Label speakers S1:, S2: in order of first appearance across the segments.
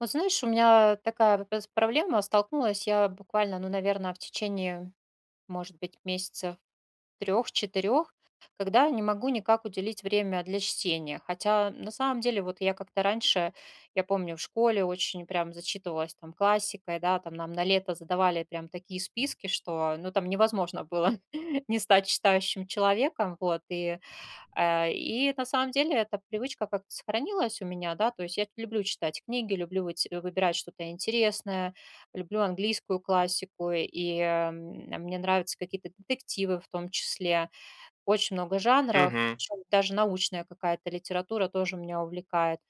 S1: Вот знаешь, у меня такая пс проблема. Столкнулась я буквально, ну, наверное, в течение, может быть, месяцев трех-четырех, когда не могу никак уделить время для чтения. Хотя, на самом деле, вот я как-то раньше, я помню, в школе очень прям зачитывалась там классикой, да, там нам на лето задавали прям такие списки, что, ну, там невозможно было не стать читающим человеком. Вот, и на самом деле эта привычка как-то сохранилась у меня, да, то есть я люблю читать книги, люблю выбирать что-то интересное, люблю английскую классику, и мне нравятся какие-то детективы в том числе, очень много жанров,
S2: Мгм.
S1: причём даже научная какая-то литература тоже меня увлекает.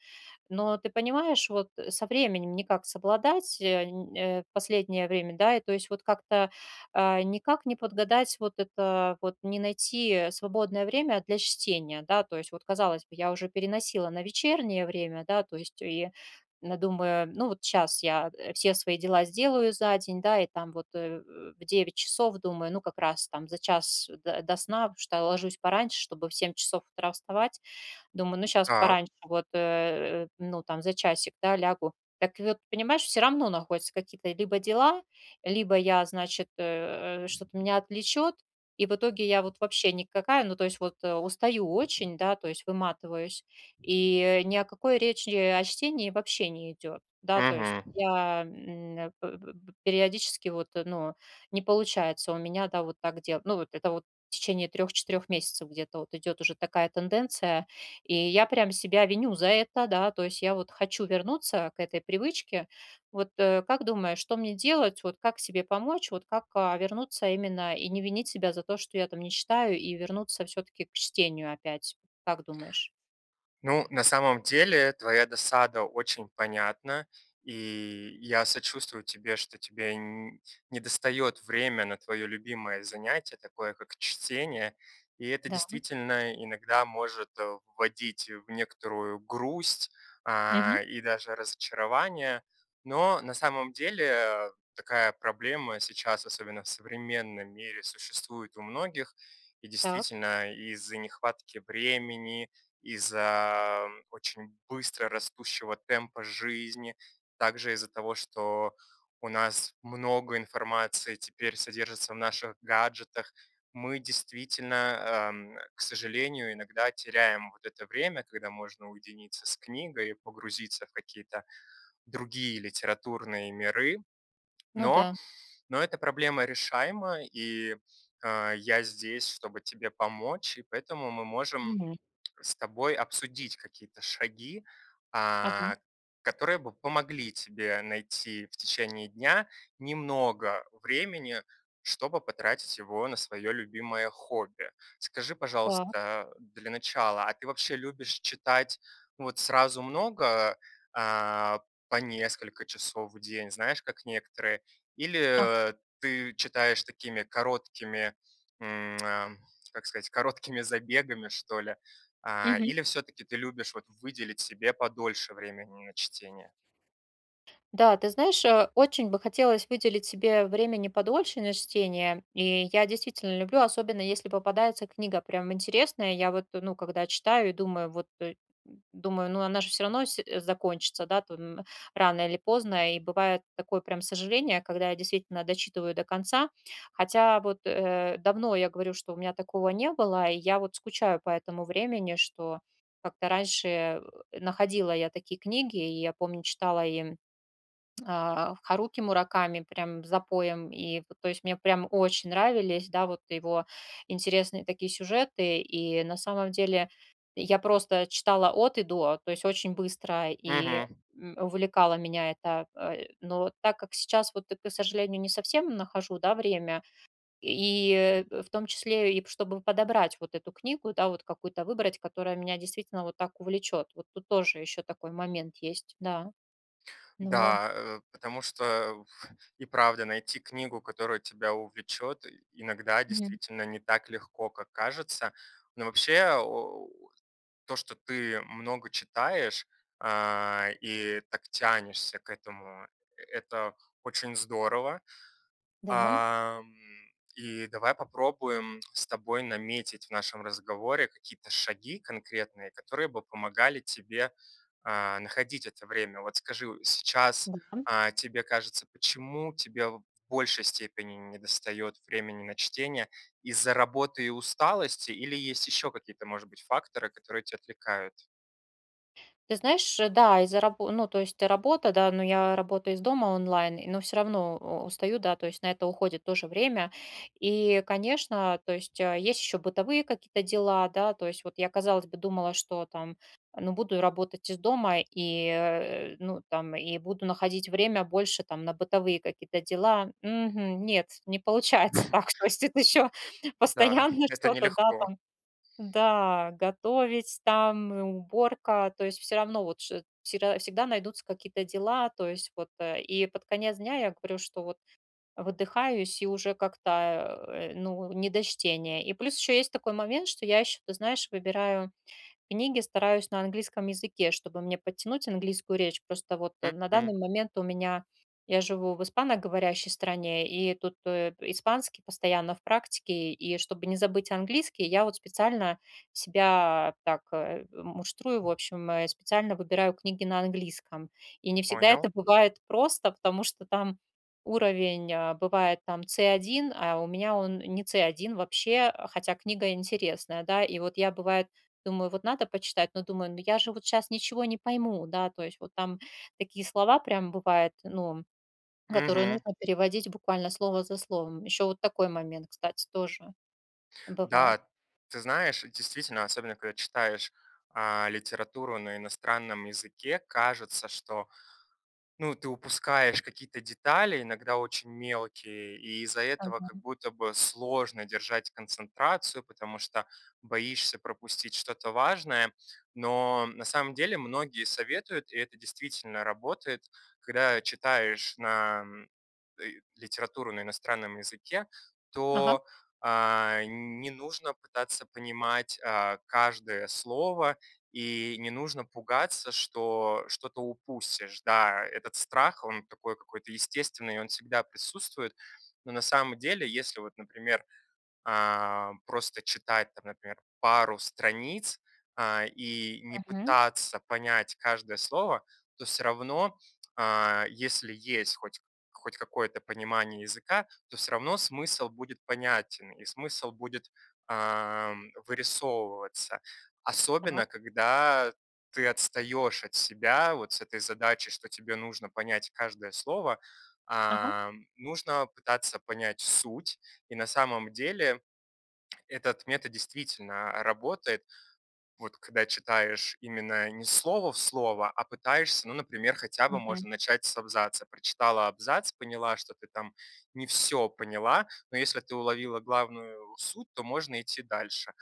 S1: Но ты понимаешь, вот со временем никак совладать в последнее время, да, и то есть вот как-то никак не подгадать вот это, вот не найти свободное время для чтения, да, то есть вот, казалось бы, я уже переносила на вечернее время, да, то есть и думаю, ну вот сейчас я все свои дела сделаю за день, да, и там вот в 9 часов думаю, ну как раз там за час до, до сна, потому что ложусь пораньше, чтобы в 7 часов утра вставать. Думаю, ну, сейчас
S2: Так.
S1: пораньше вот, ну, там за часик, да, лягу. Так вот, понимаешь, все равно находятся какие-то либо дела, либо я, значит, что-то меня отвлечет, и в итоге я вот вообще никакая, ну, то есть вот, устаю очень, да, то есть выматываюсь, и ни о какой речи о чтении вообще не идет. Да, то есть
S2: Мгм.
S1: я, м, п п периодически вот, ну, не получается у меня, да, вот так делать. Ну, вот это вот в течение трех-четырех месяцев где-то вот идет уже такая тенденция. И я прям себя виню за это, да, то есть я вот хочу вернуться к этой привычке. Вот как думаешь, что мне делать, вот как себе помочь, вот как вернуться именно и не винить себя за то, что я там не читаю, и вернуться все-таки к чтению опять? Как думаешь?
S2: Ну, на самом деле, твоя досада очень понятна, и я сочувствую тебе, что тебе недостает время на твое любимое занятие, такое как чтение, и это
S1: Да.
S2: действительно иногда может вводить в некоторую грусть
S1: Мгм.
S2: и даже разочарование, но на самом деле такая проблема сейчас, особенно в современном мире, существует у многих, и
S1: Так,
S2: действительно из-за нехватки времени, из-за очень быстро растущего темпа жизни, также из-за того, что у нас много информации теперь содержится в наших гаджетах. Мы действительно, к сожалению, иногда теряем вот это время, когда можно уединиться с книгой и погрузиться в какие-то другие литературные миры.
S1: ну
S2: Но,
S1: да.
S2: но эта проблема решаема, и я здесь, чтобы тебе помочь, и поэтому мы можем
S1: Мгм.
S2: с тобой обсудить какие-то шаги,
S1: Ага.
S2: а, которые бы помогли тебе найти в течение дня немного времени, чтобы потратить его на свое любимое хобби. Скажи,
S1: Так.
S2: пожалуйста, для начала, а ты вообще любишь читать ну, вот сразу много, а, по несколько часов в день, знаешь, как некоторые, или
S1: Ага.
S2: ты читаешь такими короткими, м, а, как сказать, короткими забегами, что ли,
S1: Мгм.
S2: или все-таки ты любишь вот выделить себе подольше времени на чтение?
S1: Да, ты знаешь, очень бы хотелось выделить себе времени подольше на чтение. И я действительно люблю, особенно если попадается книга прям интересная. Я вот, ну, когда читаю и думаю, вот думаю, ну, она же все равно закончится, да, там, рано или поздно. И бывает такое прям сожаление, когда я действительно дочитываю до конца. Хотя вот давно я говорю, что у меня такого не было, и я вот скучаю по этому времени, что как-то раньше находила я такие книги, и я помню, читала и Харуки Мураками прям запоем. И вот, то есть мне прям очень нравились, да, вот его интересные такие сюжеты. И на самом деле я просто читала от и до, то есть очень быстро и
S2: Мгм.
S1: увлекала меня это. Но так как сейчас вот, к сожалению, не совсем нахожу, да, время, и в том числе и чтобы подобрать вот эту книгу, да, вот какую-то выбрать, которая меня действительно вот так увлечет. Вот тут тоже еще такой момент есть, да. Ну вот.
S2: Да, потому что и правда найти книгу, которая тебя увлечет, иногда
S1: Мгм.
S2: действительно не так легко, как кажется. Но вообще то, что ты много читаешь и так тянешься к этому, это очень здорово.
S1: Да.
S2: Ам, и давай попробуем с тобой наметить в нашем разговоре какие-то шаги конкретные, которые бы помогали тебе, находить это время. Вот скажи, сейчас,
S1: Да.
S2: тебе кажется, почему тебе в большей степени недостает времени на чтение? Из-за работы и усталости или есть еще какие-то, может быть, факторы, которые тебя отвлекают?
S1: Ты знаешь, да, из-за рабо ну, то есть работа, да, но я работаю из дома онлайн, но все равно у устаю, да, то есть на это уходит тоже время. И, конечно, то есть, есть еще бытовые какие-то дела, да, то есть вот я, казалось бы, думала, что там, ну, буду работать из дома и, ну, там, и буду находить время больше там на бытовые какие-то дела. Мгм. Нет, не получается так. То есть это еще
S2: Да,
S1: постоянно
S2: это
S1: что-то, да,
S2: нелегко.
S1: там. Да, готовить там, уборка, то есть все равно вот ш всегда всегда найдутся какие-то дела, то есть вот, и под конец дня я говорю, что вот выдыхаюсь и уже как-то, ну, не до чтения. И плюс еще есть такой момент, что я еще, ты знаешь, выбираю. Книги стараюсь на английском языке, чтобы мне подтянуть английскую речь. Просто вот, на
S2: Мгм.
S1: данный момент у меня я живу в испаноговорящей стране, и тут, испанский постоянно в практике. И чтобы не забыть английский, я вот специально себя так, муштрую, в общем, специально выбираю книги на английском. И не всегда это
S2: Понял.
S1: бывает просто, потому что там уровень, бывает там C1, а у меня он не C1 вообще, а хотя книга интересная, да. И вот я, бывает, думаю, вот надо почитать, но думаю, ну я же вот сейчас ничего не пойму, да, то есть вот там такие слова прям бывают, ну, которые
S2: Мгм.
S1: нужно переводить буквально слово за словом. Еще вот такой момент, кстати, тоже бывает.
S2: Да, ты знаешь, действительно, особенно когда читаешь литературу на иностранном языке, кажется, что ну, ты упускаешь какие-то детали, иногда очень мелкие, и из-за этого
S1: Ага.
S2: как будто бы сложно держать концентрацию, потому что боишься пропустить что-то важное. Но на самом деле многие советуют, и это действительно работает, когда читаешь на литературу на иностранном языке,
S1: Ага.
S2: то не нужно пытаться понимать каждое слово и не нужно пугаться, что что-то упустишь. Да, этот страх, он такой какой-то естественный, и он всегда присутствует. Но на самом деле, если вот, например, просто читать, там, например, пару страниц, и не
S1: Мгм.
S2: пытаться понять каждое слово, то все равно, если есть хоть какое-то понимание языка, то все равно смысл будет понятен, и смысл будет, вырисовываться. Особенно,
S1: Так.
S2: когда ты отстаешь от себя вот с этой задачей, что тебе нужно понять каждое слово.
S1: Ага.
S2: Нужно пытаться понять суть. И на самом деле этот метод действительно работает, вот когда читаешь именно не слово в слово, а пытаешься, ну, например, хотя бы
S1: Мгм.
S2: можно начать с абзаца. Прочитала абзац, поняла, что ты там не все поняла, но если ты уловила главную суть, то можно идти дальше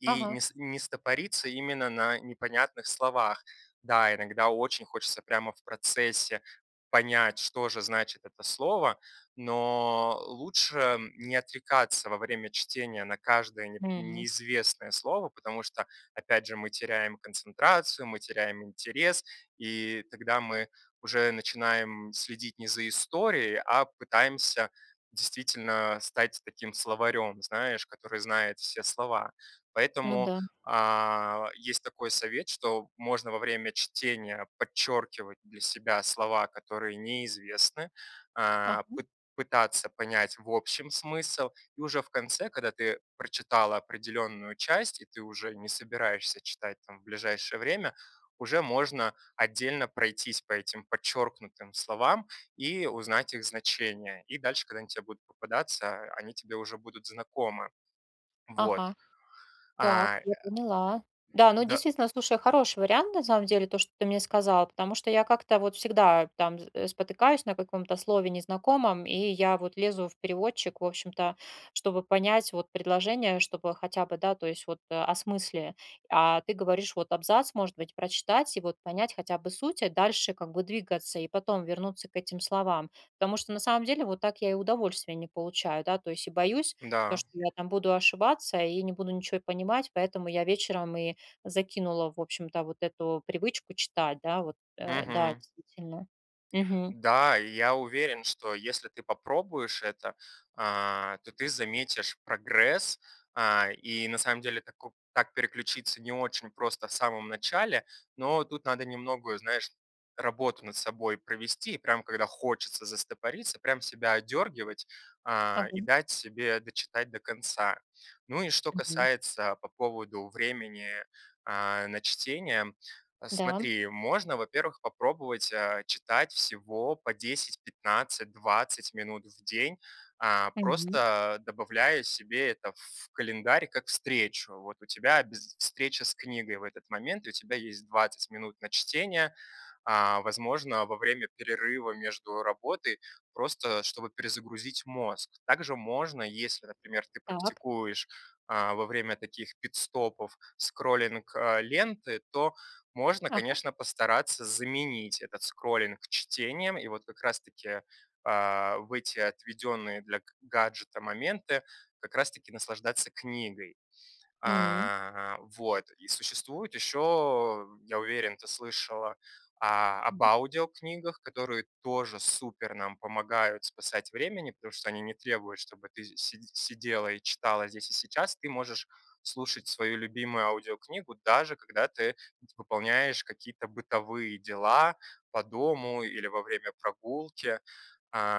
S2: и
S1: Ага.
S2: не стопориться именно на непонятных словах. Да, иногда очень хочется прямо в процессе понять, что же значит это слово, но лучше не отвлекаться во время чтения на каждое
S1: М.
S2: неизвестное слово, потому что, опять же, мы теряем концентрацию, мы теряем интерес, и тогда мы уже начинаем следить не за историей, а пытаемся действительно стать таким словарем, знаешь, который знает все слова.
S1: Ну
S2: Поэтому,
S1: да.
S2: есть такой совет, что можно во время чтения подчеркивать для себя слова, которые неизвестны,
S1: А.
S2: а, пы пытаться понять в общем смысл. И уже в конце, когда ты прочитала определенную часть, и ты уже не собираешься читать там в ближайшее время, уже можно отдельно пройтись по этим подчеркнутым словам и узнать их значение. И дальше, когда они тебе будут попадаться, они тебе уже будут знакомы. Вот.
S1: Ага. Так,
S2: А,
S1: я поняла. Да, ну
S2: да
S1: действительно, слушай, хороший вариант, на самом деле, то, что ты мне сказала, потому что я как-то вот всегда там спотыкаюсь на каком-то слове незнакомом, и я вот лезу в переводчик, в общем-то, чтобы понять вот предложение, чтобы хотя бы, да, то есть вот о смысле. А ты говоришь вот абзац, может быть, прочитать и вот понять хотя бы суть, а дальше как бы двигаться и потом вернуться к этим словам. Потому что на самом деле вот так я и удовольствие не получаю, да, то есть и боюсь, то,
S2: Да,
S1: что я там буду ошибаться и не буду ничего понимать, поэтому я вечером и закинула, в общем-то, вот эту привычку читать, да, вот, да,
S2: мгм.
S1: действительно. Мгм.
S2: Да, и я уверен, что если ты попробуешь это, то ты заметишь прогресс. И на самом деле так переключиться не очень просто в самом начале, но тут надо немного, знаешь, работу над собой провести. И прям когда хочется застопориться, прям себя одергивать, и
S1: Могу.
S2: дать себе дочитать до конца. Ну и что
S1: Мгм.
S2: касается по поводу времени, на чтение.
S1: Да.
S2: Смотри, можно, во-первых, попробовать, читать всего по 10, 15, 20 минут в день,
S1: Мгм.
S2: просто добавляя себе это в календарь как встречу. Вот у тебя обяз встреча с книгой в этот момент, и у тебя есть 20 минут на чтение, возможно, во время перерыва между работой, просто чтобы перезагрузить мозг. Также можно, если, например, ты
S1: Так.
S2: практикуешь во время таких пит-стопов скроллинг ленты, то можно,
S1: Ага.
S2: конечно, постараться заменить этот скроллинг чтением, и вот как раз-таки в эти отведенные для гаджета моменты как раз-таки наслаждаться книгой.
S1: М.
S2: Вот. И существует еще, я уверен, ты слышала об
S1: Так.
S2: аудиокнигах, которые тоже супер нам помогают спасать времени, потому что они не требуют, чтобы ты сидела и читала здесь и сейчас. Ты можешь слушать свою любимую аудиокнигу, даже когда ты выполняешь какие-то бытовые дела по дому или во время прогулки.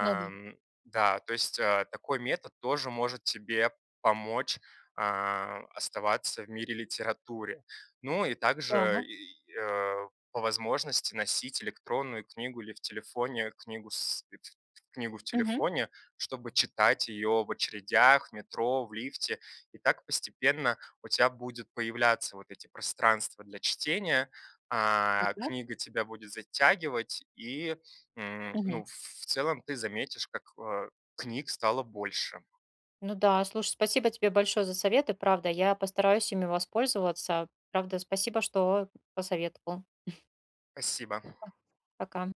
S1: Ну да.
S2: да, то есть такой метод тоже может тебе помочь оставаться в мире литературы, ну и также
S1: Да.
S2: по возможности носить электронную книгу или в телефоне книгу книгу в
S1: Мгм.
S2: телефоне, чтобы читать ее в очередях, в метро, в лифте. И так постепенно у тебя будет появляться вот эти пространства для чтения,
S1: Да.
S2: книга тебя будет затягивать, и,
S1: Мгм.
S2: ну, в целом ты заметишь, как, книг стало больше.
S1: Ну да, слушай, спасибо тебе большое за советы, правда, я постараюсь ими воспользоваться. Правда, спасибо, что посоветовал.
S2: Спасибо.
S1: Пока.